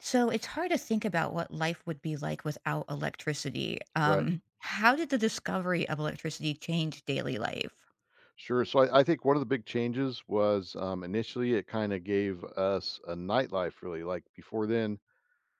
So it's hard to think about what life would be like without electricity. Right. How did the discovery of electricity change daily life? Sure. So I think one of the big changes was initially it kind of gave us a nightlife, really. Like before then,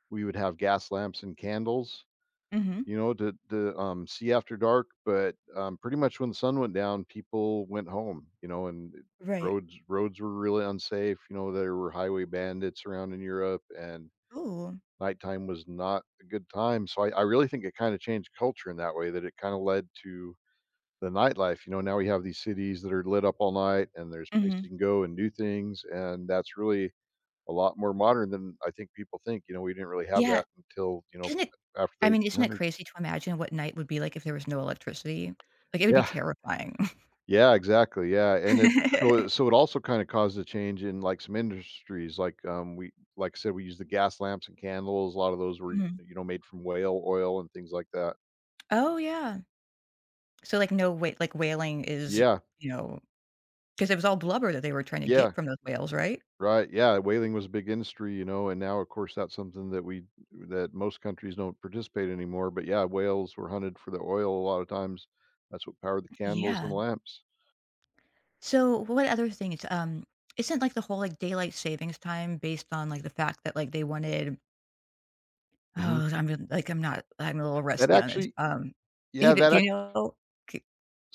we would have gas lamps and candles, Hmm. you know, to see after dark. But pretty much when the sun went down, people went home, you know, Right. roads were really unsafe. You know, there were highway bandits around in Europe, and Ooh. nighttime was not a good time. So I really think it kind of changed culture in that way, that it kind of led to the nightlife. You know, now we have these cities that are lit up all night and there's places you Hmm. can go and do things, and that's really a lot more modern than I think people think. You know, we didn't really have Yeah, that until, you know, isn't it? after the I mean, isn't it 1800s. crazy to imagine what night would be like if there was no electricity? Like it would be Yeah. terrifying. Yeah, exactly, yeah, and it so so it also kinda caused a change in, like, some industries. Like, we like I said, we use the gas lamps and candles, a lot of those were, Mhm. you know, made from whale oil and things like that. Oh yeah. So like no wait, like whaling is Yeah, you know because it was all blubber that they were trying to yeah. get from those whales, right? Right, yeah, whaling was a big industry, you know, and now, of course, that's something that we that most countries don't participate anymore, but yeah, whales were hunted for the oil a lot of times. That's what powered the candles and Yeah. lamps. So what other things? Isn't like the whole like daylight savings time based on like the fact that like they wanted? Mhm. Oh, like I'm not. I'm a little That rusty on this. actually yeah, that Do you actually, know? c-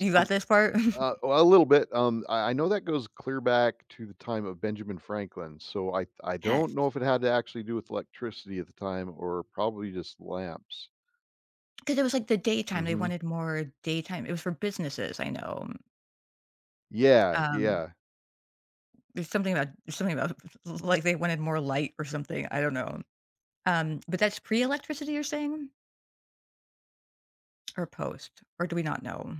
You got this part? Well, a little bit. I know that goes clear back to the time of Benjamin Franklin, so I Yes, don't know if it had to actually do with electricity at the time, or probably just lamps. because it was like the daytime. They Mhm. wanted more daytime. It was for businesses. I know. Yeah, um, yeah. There's something about like they wanted more light or something. I don't know. But that's pre-electricity. You're saying or post, or do we not know?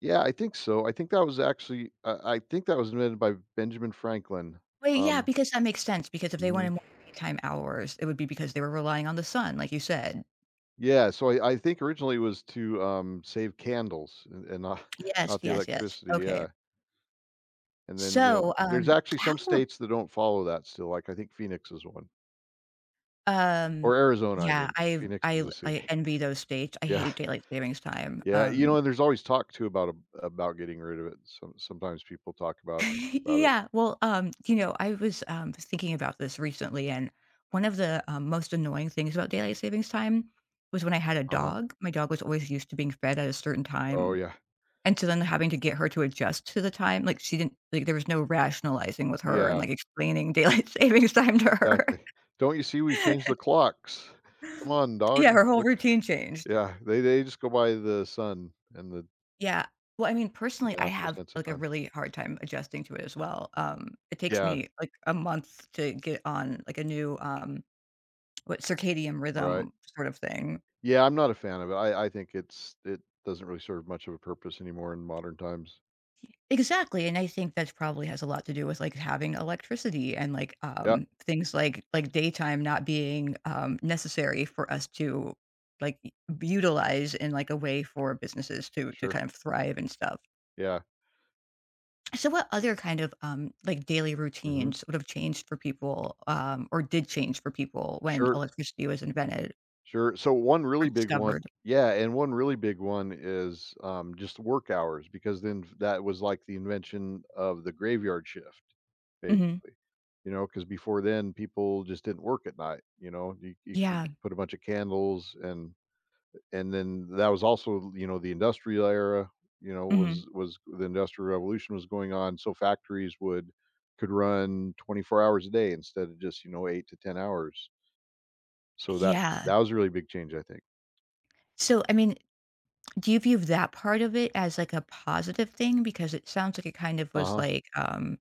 Yeah, I think so. I think that was invented by Benjamin Franklin. Well, yeah, Um, because that makes sense, because if they mhm. wanted more daytime hours, it would be because they were relying on the sun, like you said. Yeah, so I think originally it was to, save candles and not Yes, not the yes, yes. electricity, Okay. yeah, and then, you know, So, there's actually some how states that don't follow that still, like, I think Phoenix is one, or um, Arizona, I yeah, mean. I Phoenix is I the I city. envy those states. I Yeah, hate daylight savings time. yeah, you know, and there's always talk too about getting rid of it. Sometimes people talk about it. Yeah, you know, I was, thinking about this recently, and one of the, most annoying things about daylight savings time was when I had a Uh-huh. dog. My dog was always used to being fed at a certain Oh, time. yeah. And so then having to get her to adjust to the time, like, she didn't like, there was no rationalizing with her and, Yeah. like, explaining daylight savings time to her. Exactly. "Don't you see we changed the clocks? Come on, Yeah, dog. her whole Look." routine changed. Yeah, they just go by the sun and the Yeah. Well, I mean, personally, I natural have, sense of like, a time. really hard time adjusting to it as well. It takes Yeah, me, like, a month to get on, like, a new, what circadian right. rhythm sort of thing. Yeah, I'm not a fan of it. I think it's it doesn't really serve much of a purpose anymore in modern times. Exactly, and I think that probably has a lot to do with, like, having electricity and, like, Yeah, things like daytime not being, necessary for us to, like, u utilize in, like, a way for businesses to sure. kind of thrive and stuff. Yeah. So what other kind of, like, daily Mhm. routines would have changed for people, or did change for people when Sure electricity was invented Sure. So one or really big discovered? one, yeah, and one really big one is, just work hours, because then that was like the invention of the graveyard shift, Mhm. basically. You know, because before then, people just didn't work at night, you know? You can Yeah. put a bunch of candles, and then that was also, you know, the industrial era. You know, Mhm. Was the industrial revolution was going on, so factories would could run 24 hours a day instead of just, you know, 8 to 10 hours. So that Yeah. that was a really big change, I think. So, I mean Do you view that part of it as, like, a positive thing? Because it sounds like it kind of was, Uh-huh, like,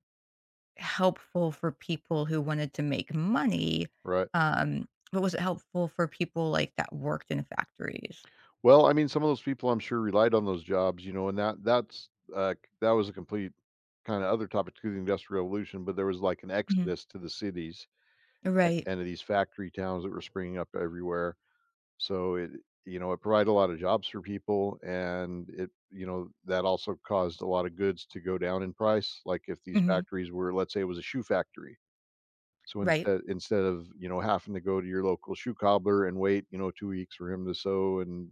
helpful for people who wanted to make money, right. But was it helpful for people, like, that worked in factories? Well, I mean, some of those people I'm sure relied on those jobs, you know, and that that's, c that was a complete kinda other topic to the Industrial Revolution, but there was, like, an Mhm. exodus to the cities a Right. and to these factory towns that were springing up everywhere. So it provided a lot of jobs for people, and that also caused a lot of goods to go down in price. Like, if these Mhm. factories were let's say it was a shoe factory. So Right. instead of, you know, having to go to your local shoe cobbler and wait, you know, 2 weeks for him to sew and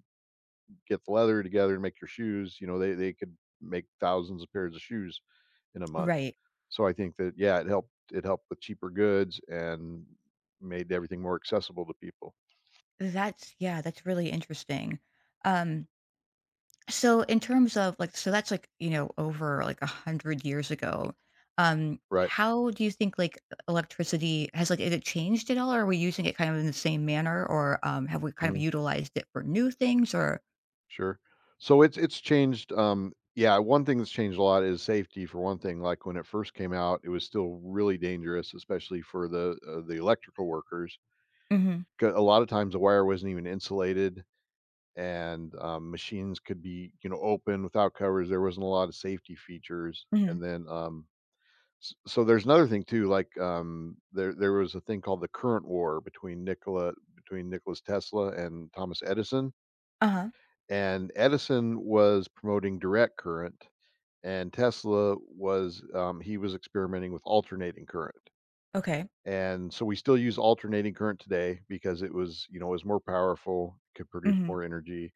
get the leather together and make your shoes, you know, they could make thousands of pairs of shoes in a month. Right. So I think that, yeah, it helped with cheaper goods, and made everything more accessible to people. That's Yeah, that's really interesting. Um So in terms of like so that's like, you know, over like 100 years ago. Right. How do you think like e electricity has like, is it changed at all, or are we using it kind of in the same manner, or, have we kind of Mhm. utilized it for new things or Sure. So it's changed, um, yeah, one thing that's changed a lot is safety, for one thing. Like when it first came out, it was still really dangerous, especially for the electrical workers. mhm, 'Cause a lot of times the wire wasn't even insulated, and, machines could be, you know, open without covers, there wasn't a lot of safety features, mhm, and then, s so there's another thing too, like, there was a thing called the current war between Nikola between Nicholas Tesla and Thomas Edison, uh-huh, and Edison was promoting direct current, and Tesla was, he was experimenting with alternating current, okay, and so we still use alternating current today because it was, you know, it was more powerful, could produce mhm. more energy.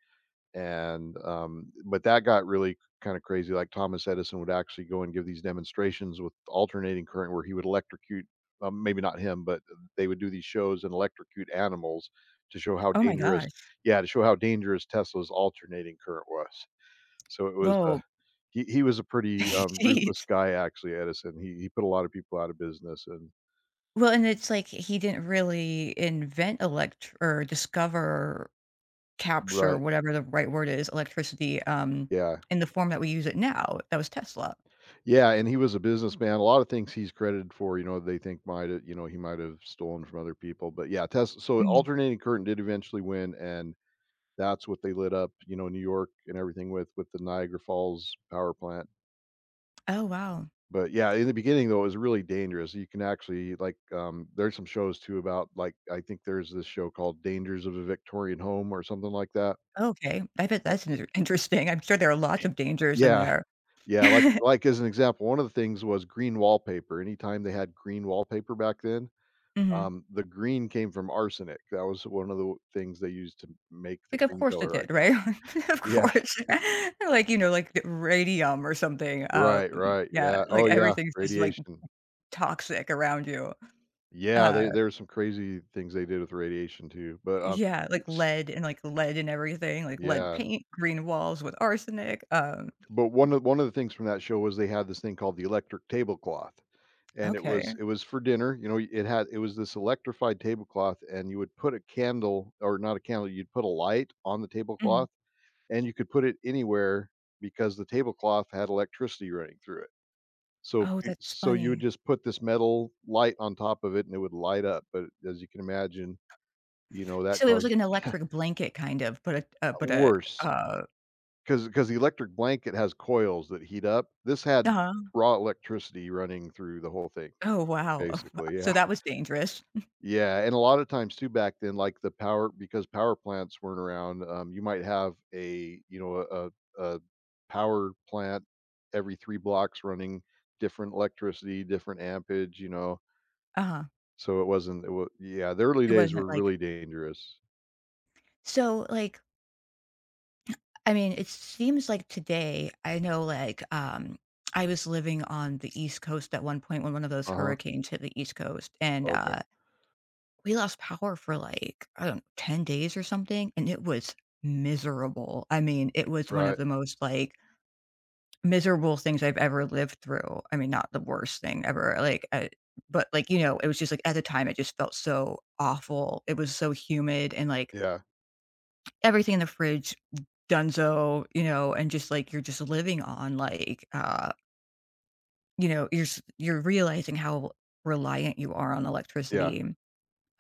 And but that got really kind of crazy. Like Thomas Edison would actually go and give these demonstrations with alternating current, where he would electrocute. Maybe not him, but they would do these shows and electrocute animals to show how Oh my dangerous. gosh. Yeah, to show how dangerous Tesla's alternating current was. So it was. Whoa, he was a pretty ruthless jeez. guy, actually. Edison. He put a lot of people out of business, and Well, and it's like he didn't really invent elect or discover, capture, right. whatever the right word is, electricity, Yeah. in the form that we use it now. That was Tesla. Yeah, and he was a businessman. A lot of things he's credited for, you know, they think might have, you know, he might have stolen from other people. But yeah, Tesla. So Mhm. alternating current did eventually win, and that's what they lit up, you know, New York and everything with the Niagara Falls power plant. Oh, wow. But yeah, in the beginning though, it was really dangerous. You can actually like, there's some shows too about, like, I think there's this show called Dangers of a Victorian Home or something like that. Okay. I bet Eh, that's interesting. I'm sure there are lots of dangers in yeah, there. yeah. Like as an example, one of the things was green wallpaper. Anytime they had green wallpaper back then, Mhm. The green came from arsenic. That was one of the things they used to make the Like, of green course it color, I did, guess. right? Of Yeah. course. Like, you know, like, the radium or something, Right, yeah, yeah. like, Oh, yeah, everything's just, like, radiation. toxic around you. Yeah, Uh, there were some crazy things they did with radiation too, but, yeah, oops like, lead and everything, like lead yeah. paint, green walls with arsenic, But one of the things from that show was they had this thing called the electric tablecloth, and it was okay. it was for dinner, you know, it had it was this electrified tablecloth, and you would put a candle, you'd put a light on the Mhm. tablecloth, and you could put it anywhere because the tablecloth had electricity running through it. So Oh, y that's so you would funny. just put this metal light on top of it, and it would light up, but as you can imagine, you know, that So it was like caused an electric blanket kind of, but a worse uh because the electric blanket has coils that heat up. This had uh-huh. raw electricity running through the whole thing, Oh, wow. Oh, wow. basically, yeah. So that was dangerous. Yeah, and a lot of times too back then, like the power because power plants weren't around, you might have a, you know, a power plant every 3 blocks running different electricity, different ampage, you know, Uh-huh. so it wasn't it wa yeah, the early It days wasn't were like really dangerous. so, like, I mean, it seems like today, I know, like, I was living on the East Coast at one point when one of those Uh-huh, hurricanes hit the East Coast, and, okay, we lost power for, like, I don't 10 days or something, and it was miserable. I mean, it was one of right, the most, like Miserable things I've ever lived through. I mean, not the worst thing ever, like, but, like, you know, it was just, like, at the time, it just felt so awful. It was so humid and, like, yeah, everything in the fridge, dunzo, you know, and just, like, you're just living on, like, you know, you're realizing how reliant you are on yeah, electricity.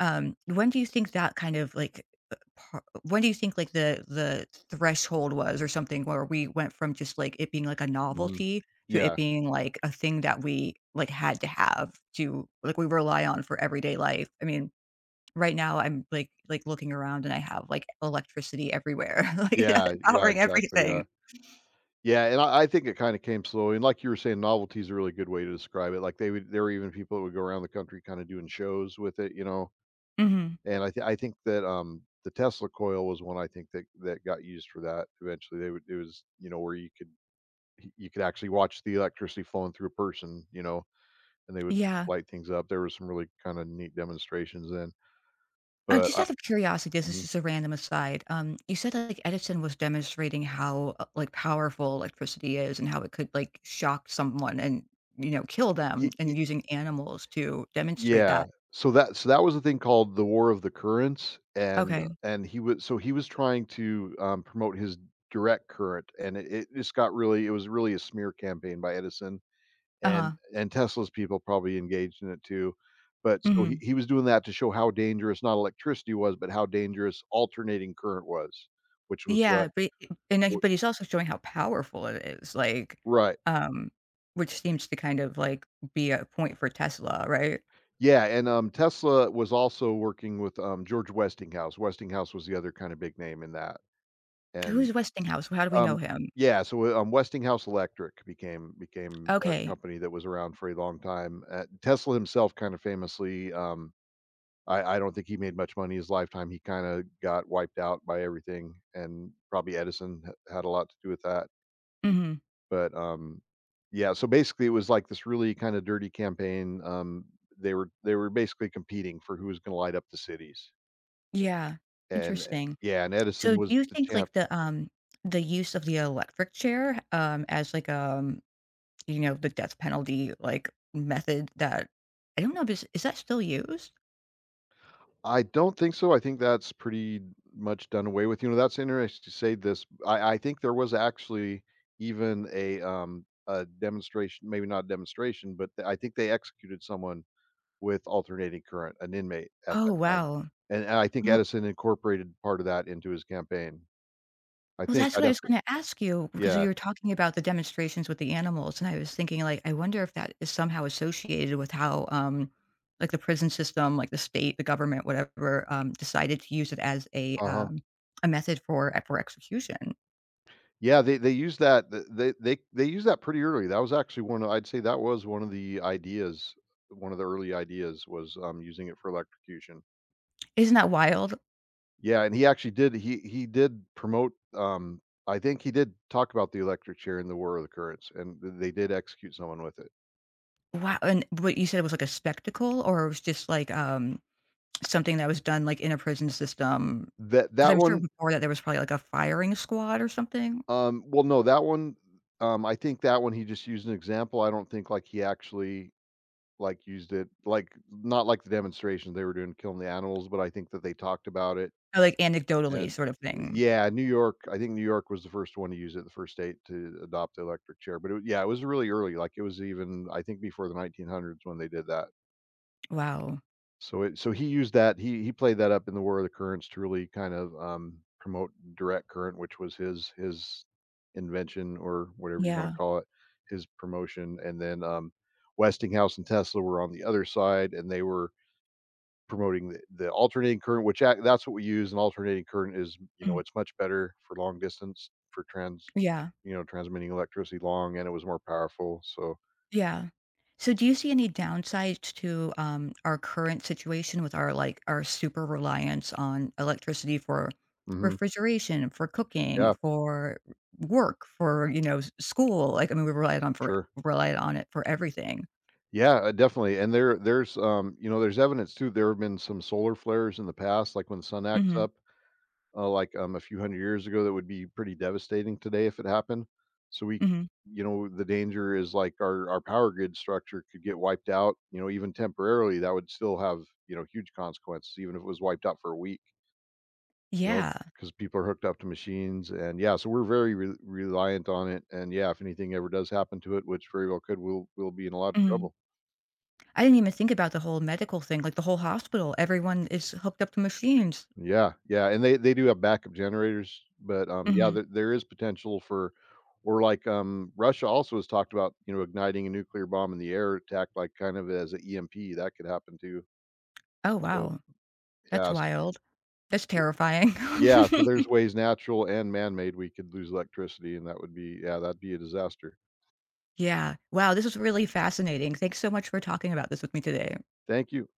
When do you think that kind of like when do you think like the threshold was or something where we went from just like it being like a mhm. novelty to it Yeah, being like a thing that we like had to have to like we rely on for everyday life? I mean, right now I'm like looking around and I have like electricity everywhere, like yeah, yeah, powering exactly, yeah. everything. Yeah, and I think it kinda came slowly, and like you were saying, novelty is a really good way to describe it. Like, they would there were even people that would go around the country kinda doing shows with it, you know? Hmm. And I think that, the Tesla coil was one I think that that got used for that eventually. They would it was, you know, where you could actually watch the electricity flowing through a person, you know, and they would Yeah. light things up. There were some really kinda neat demonstrations then, but Just I out of curiosity, this is Mhm. just a random aside. You said that, like, Edison was demonstrating how, like, powerful electricity is and how it could, like, shock someone and, you know, kill them and using animals to demonstrate Yeah. that. So that was a thing called the War of the Currents, and Okay. He was trying to promote his direct current, and it just got really it was really a smear campaign by Edison and Uh-huh. Tesla's people probably engaged in it too. But so Mhm. he was doing that to show how dangerous not electricity was, but how dangerous alternating current was, which was Yeah, what, but and, like, what but he's also showing how powerful it is, like, right. um, which seems to kind of, like, be a point for Tesla, right? Yeah, and Tesla was also working with George Westinghouse. Westinghouse was the other kind of big name in that, and Who's Westinghouse? How do we know Um, him? yeah, so, Westinghouse Electric became a Okay. company that was around for a long time. Tesla himself kind of famously, I don't think he made much money his lifetime. He kinda got wiped out by everything, and probably Edison h had a lot to do with that, Mhm. but, yeah, so basically, it was like this really kinda dirty campaign. They were basically competing for who was gonna light up the cities, Yeah. and, Interesting. yeah, and So Edison do was you the think champ. like the use of the electric chair as like you know the death penalty like method that I don't know if is that still used? I don't think so. I think that's pretty much done away with. You know, that's interesting to say this. I think there was actually even a demonstration, maybe not a demonstration, but I think they executed someone with alternating current, an inmate at Oh that time. wow. And I think Well, Edison incorporated part of that into his campaign. I well think that's I'd, what I was going to ask you because you yeah. were talking about the demonstrations with the animals and I was thinking like I wonder if that is somehow associated with how like the prison system like the state the government whatever decided to use it as Uh-huh. A method for execution. Yeah, they used that they used that pretty early. That was actually one of, I'd say that was one of the ideas, one of the early ideas was using it for electrocution. Isn't that wild? Yeah, and he actually did, he did promote, I think he did talk about the electric chair in the War of the Currents, and th they did execute someone with it. Wow, and what you said was like a spectacle or it was just like, something that was done, like, in a prison system, That because 'cause that I'm sure one, before that there was probably like a firing squad or something? um, well, no, that one, I think that one he just used an example. I don't think, like, he actually, like, used it like, not like the demonstrations they were doing killing the animals, but I think that they talked about it, Or like anecdotally and sort of thing. yeah. New York, I think New York was the first one to use it, the first state to adopt the electric chair, but yeah, it was really early, like, it was even, I think, before the 1900s when they did that. Wow. So he used that, he played that up in the War of the Currents to really kind of, promote direct current, which was his invention, or whatever you wanna Yeah. call it, his promotion. And then, Westinghouse and Tesla were on the other side, and they were promoting the alternating current, which act that's what we use. And alternating current is, you know, Mm. it's much better for long distance for trans Yeah. you know, transmitting electricity long, and it was more powerful, so. Yeah. So do you see any downsides to, our current situation with our, like, our super reliance on electricity for Mhm. refrigeration, for cooking, Yeah, for work, for, you know, s school? Like, I mean, we relied on for sure. relied on it for everything. Yeah, definitely, and there's, you know, there's evidence too. There have been some solar flares in the past, like when the sun acts Mhm, up, like, a few hundred years ago that would be pretty devastating today if it happened. So we mhm. you know, the danger is like our power grid structure could get wiped out, you know, even temporarily. That would still have, you know, huge consequences even if it was wiped out for a week, you know, Yeah, because people are hooked up to machines. And yeah, so we're very re reliant on it, and yeah, if anything ever does happen to it, which very well could, we'll be in a lot of mhm. trouble. I didn't even think about the whole medical thing, like, the whole hospital, everyone is hooked up to machines. Yeah, yeah, and they do have backup generators, but, yeah, Mhm. there is potential for, or, like, Russia also has talked about, you know, igniting a nuclear bomb in the air attack, like, kind of as an EMP, that could happen too. Oh, So, wow. That's yeah, wild. That's Y terrifying. yeah, so there's ways natural and man-made we could lose electricity, and that would be, yeah, that'd be a disaster. Yeah. Wow, this was really fascinating. Thanks so much for talking about this with me today. Thank you.